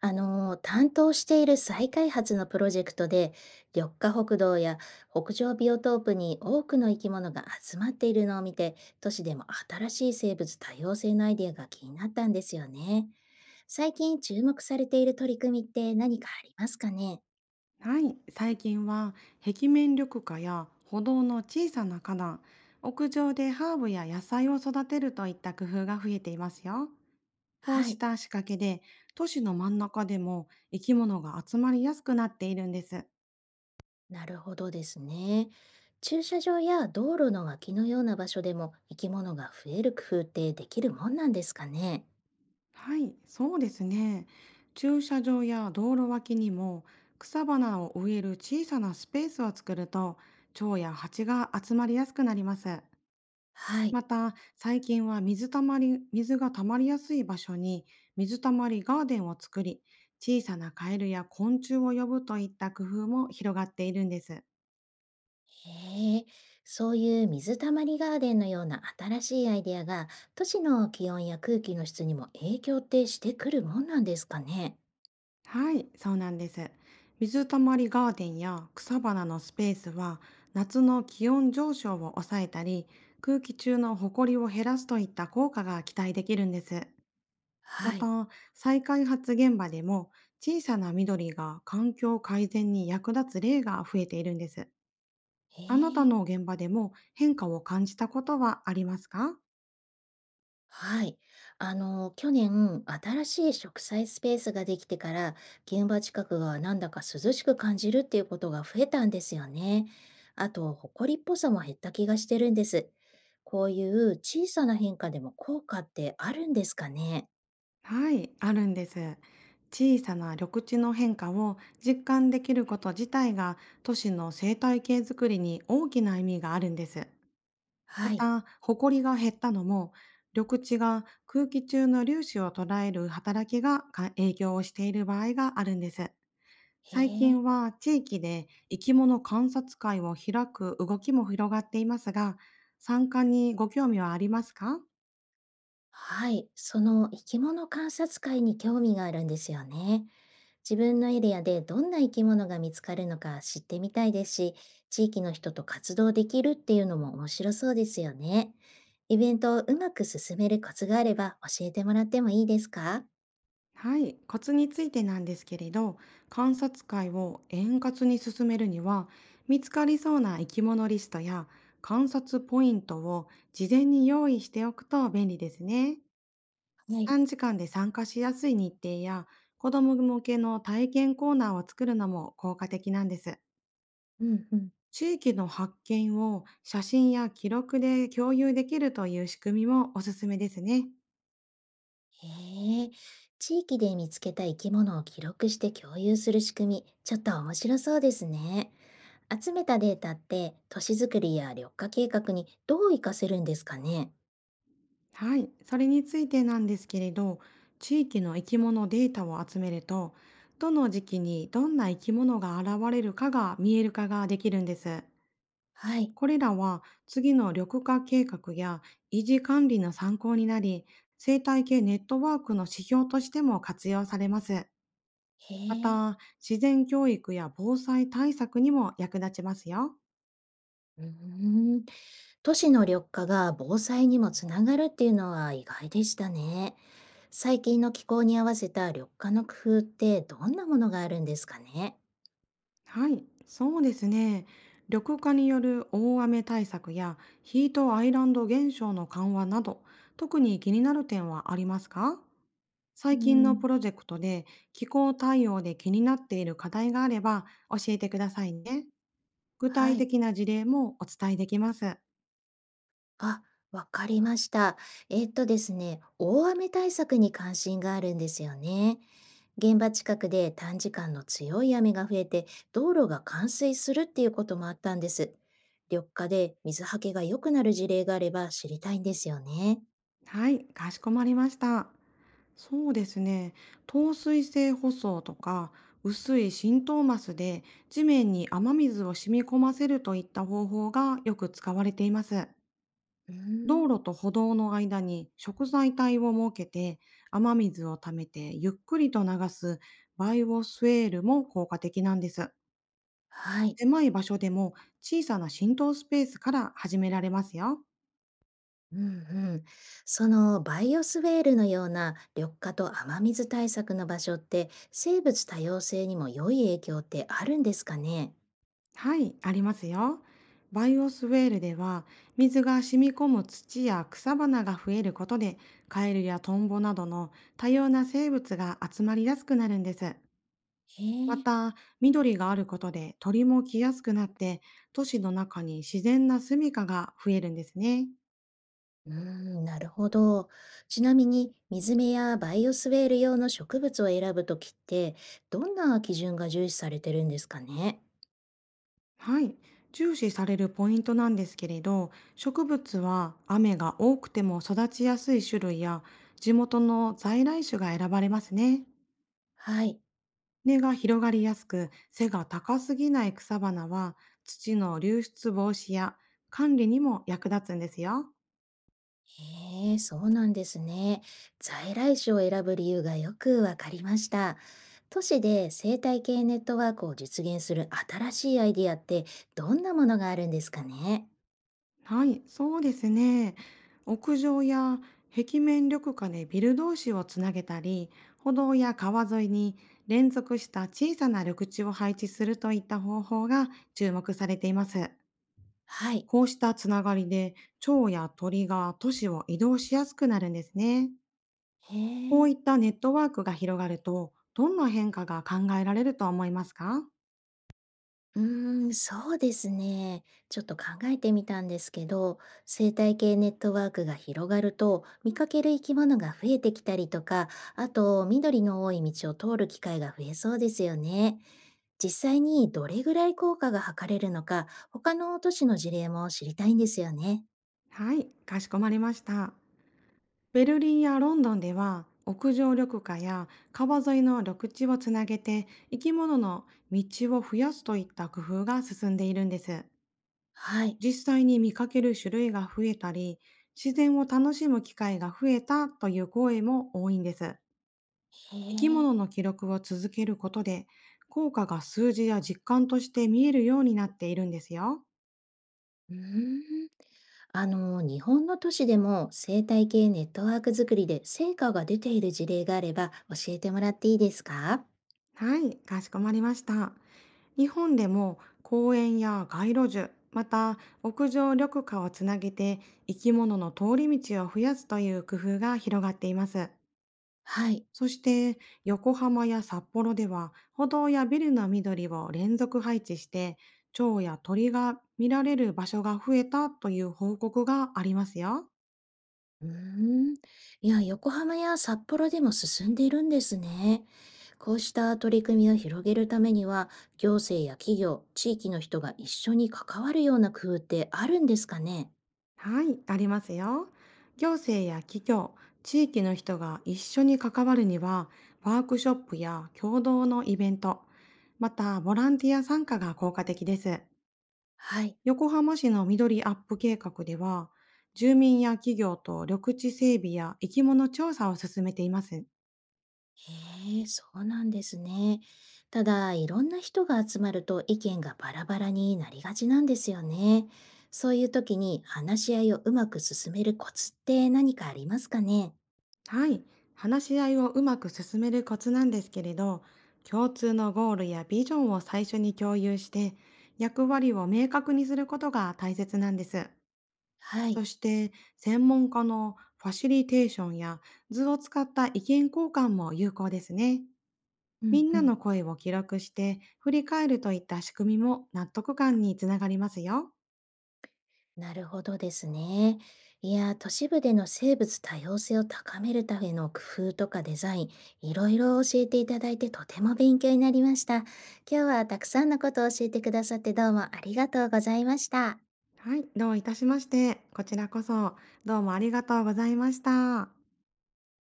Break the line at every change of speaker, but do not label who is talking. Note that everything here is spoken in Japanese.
担当している再開発のプロジェクトで、緑化北道や北上ビオトープに多くの生き物が集まっているのを見て、都市でも新しい生物多様性のアイデアが気になったんですよね。最近注目されている取り組みって何かありますかね？
はい、最近は壁面緑化や歩道の小さな花壇、屋上でハーブや野菜を育てるといった工夫が増えていますよ。こう
は
し
い、
た仕掛けで都市の真ん中でも生き物が集まりやすくなっているんです。
なるほどですね。駐車場や道路の脇のような場所でも生き物が増える工夫ってできるもんなんですかね？
はい、そうですね。駐車場や道路脇にも草花を植える小さなスペースを作ると蝶や蜂が集まりやすくなります。
はい。
また、最近は水たまり、水がたまりやすい場所に水たまりガーデンを作り、小さなカエルや昆虫を呼ぶといった工夫も広がっているんです。
へえ、そういう水たまりガーデンのような新しいアイデアが都市の気温や空気の質にも影響ってしてくるもんなんですかね。
はい、そうなんです。水たまりガーデンや草花のスペースは、夏の気温上昇を抑えたり、空気中のホコリを減らすといった効果が期待できるんです。ま
はい。
た、再開発現場でも小さな緑が環境改善に役立つ例が増えているんです。
へ
あなた
え、
の現場でも変化を感じたことはありますか？
はい。去年新しい植栽スペースができてから現場近くがなんだか涼しく感じるっていうことが増えたんですよね。あと、埃っぽさも減った気がしてるんです。こういう小さな変化でも効果ってあるんですかね。
はい、あるんです。小さな緑地の変化を実感できること自体が都市の生態系づくりに大きな意味があるんです。ま
はい。
た、埃が減ったのも緑地が空気中の粒子を捉える働きがか影響をしている場合があるんです。
へ
最
え。
近は地域で生き物観察会を開く動きも広がっていますが、参加にご興味はありますか？
はい、その生き物観察会に興味があるんですよね。自分のエリアでどんな生き物が見つかるのか知ってみたいですし、地域の人と活動できるっていうのも面白そうですよね。イベントをうまく進めるコツがあれば教えてもらってもいいですか？
はい、コツについてなんですけれど、観察会を円滑に進めるには、見つかりそうな生き物リストや観察ポイントを事前に用意しておくと便利ですね。
はい。
短時間で参加しやすい日程や、子ども向けの体験コーナーを作るのも効果的なんです。
うんうん。
地域の発見を写真や記録で共有できるという仕組みもおすすめですね。
へえ、地域で見つけた生き物を記録して共有する仕組み、ちょっと面白そうですね。集めたデータって都市づくりや緑化計画にどう活かせるんですかね？
はい、それについてなんですけれど、地域の生き物データを集めると、どの時期にどんな生き物が現れるかが見える化ができるんです。
はい。
これらは次の緑化計画や維持管理の参考になり、生態系ネットワークの指標としても活用されます。
へ
ま
え。
た、自然教育や防災対策にも役立ちますよ。
うーん、都市の緑化が防災にもつながるっていうのは意外でしたね。最近の気候に合わせた緑化の工夫ってどんなものがあるんですかね？
はい、そうですね。緑化による大雨対策やヒートアイランド現象の緩和など、特に気になる点はありますか？
う
最近の
ん。
プロジェクトで気候対応で気になっている課題があれば教えてくださいね。具
は
体
い。
的な事例もお伝えできます。
あ、わかりました。えっとですね、大雨対策に関心があるんですよね。現場近くで短時間の強い雨が増えて道路が冠水するっていうこともあったんです。緑化で水はけが良くなる事例があれば知りたいんですよね。
はい、かしこまりました。そうですね。透水性舗装とか薄い浸透マスで地面に雨水を染み込ませるといった方法がよく使われています。
うー
道
ん。
路と歩道の間に食材帯を設けて雨水を溜めてゆっくりと流すバイオスウェールも効果的なんです。
はい。
狭い場所でも小さな浸透スペースから始められますよ。
うんうん。そのバイオスウェールのような緑化と雨水対策の場所って生物多様性にも良い影響ってあるんですかね？
はい、ありますよ。バイオスウェールでは、水が染み込む土や草花が増えることで、カエルやトンボなどの多様な生物が集まりやすくなるんです。
へ
ま
え。
た、緑があることで鳥も来やすくなって、都市の中に自然な住処が増えるんですね。
うーん、なるほど。ちなみに、水辺やバイオスウェール用の植物を選ぶときって、どんな基準が重視されてるんですかね？
はい、重視されるポイントなんですけれど、植物は雨が多くても育ちやすい種類や、地元の在来種が選ばれますね。
はい。
根が広がりやすく背が高すぎない草花は土の流出防止や管理にも役立つんですよ。
へえ、そうなんですね。在来種を選ぶ理由がよくわかりました。都市で生態系ネットワークを実現する新しいアイディアって、どんなものがあるんですかね？
はい、そうですね。屋上や壁面緑化でビル同士をつなげたり、歩道や川沿いに連続した小さな緑地を配置するといった方法が注目されています。
はい。
こうしたつながりで蝶や鳥が都市を移動しやすくなるんですね。
へ
こう
え。
いったネットワークが広がると、どんな変化が考えられると思いますか？
うーん、そうですね。ちょっと考えてみたんですけど、生態系ネットワークが広がると、見かける生き物が増えてきたりとか、あと緑の多い道を通る機会が増えそうですよね。実際にどれぐらい効果が測れるのか、他の都市の事例も知りたいんですよね。
はい、かしこまりました。ベルリンやロンドンでは、屋上緑化や川沿いの緑地をつなげて生き物の道を増やすといった工夫が進んでいるんです。
はい。
実際に見かける種類が増えたり、自然を楽しむ機会が増えたという声も多いんです。
へ
生き
え。
物の記録を続けることで、効果が数字や実感として見えるようになっているんですよ。
うーん。日本の都市でも生態系ネットワーク作りで成果が出ている事例があれば教えてもらっていいですか？
はい、かしこまりました。日本でも公園や街路樹、また屋上緑化をつなげて生き物の通り道を増やすという工夫が広がっています。
はい。
そして横浜や札幌では歩道やビルの緑を連続配置して蝶や鳥が見られる場所が増えたという報告がありますよ。
うーん。いや、横浜や札幌でも進んでいるんですね。こうした取り組みを広げるためには、行政や企業、地域の人が一緒に関わるような工夫ってあるんですかね？
はい、ありますよ。行政や企業、地域の人が一緒に関わるには、ワークショップや共同のイベント、またボランティア参加が効果的です。
はい。
横浜市の緑アップ計画では、住民や企業と緑地整備や生き物調査を進めています。
へえ、そうなんですね。ただ、いろんな人が集まると意見がバラバラになりがちなんですよね。そういう時に話し合いをうまく進めるコツって何かありますかね？
はい、話し合いをうまく進めるコツなんですけれど、共通のゴールやビジョンを最初に共有して、役割を明確にすることが大切なんです。
はい。
そして専門家のファシリテーションや図を使った意見交換も有効ですね。
う
み
ん
ん
う
な
ん。
の声を記録して振り返るといった仕組みも納得感につながりますよ。
なるほどですね。いや、都市部での生物多様性を高めるための工夫とかデザイン、いろいろ教えていただいてとても勉強になりました。今日はたくさんのことを教えてくださってどうもありがとうございました。
はい、どういたしまして。こちらこそどうもありがとうございました。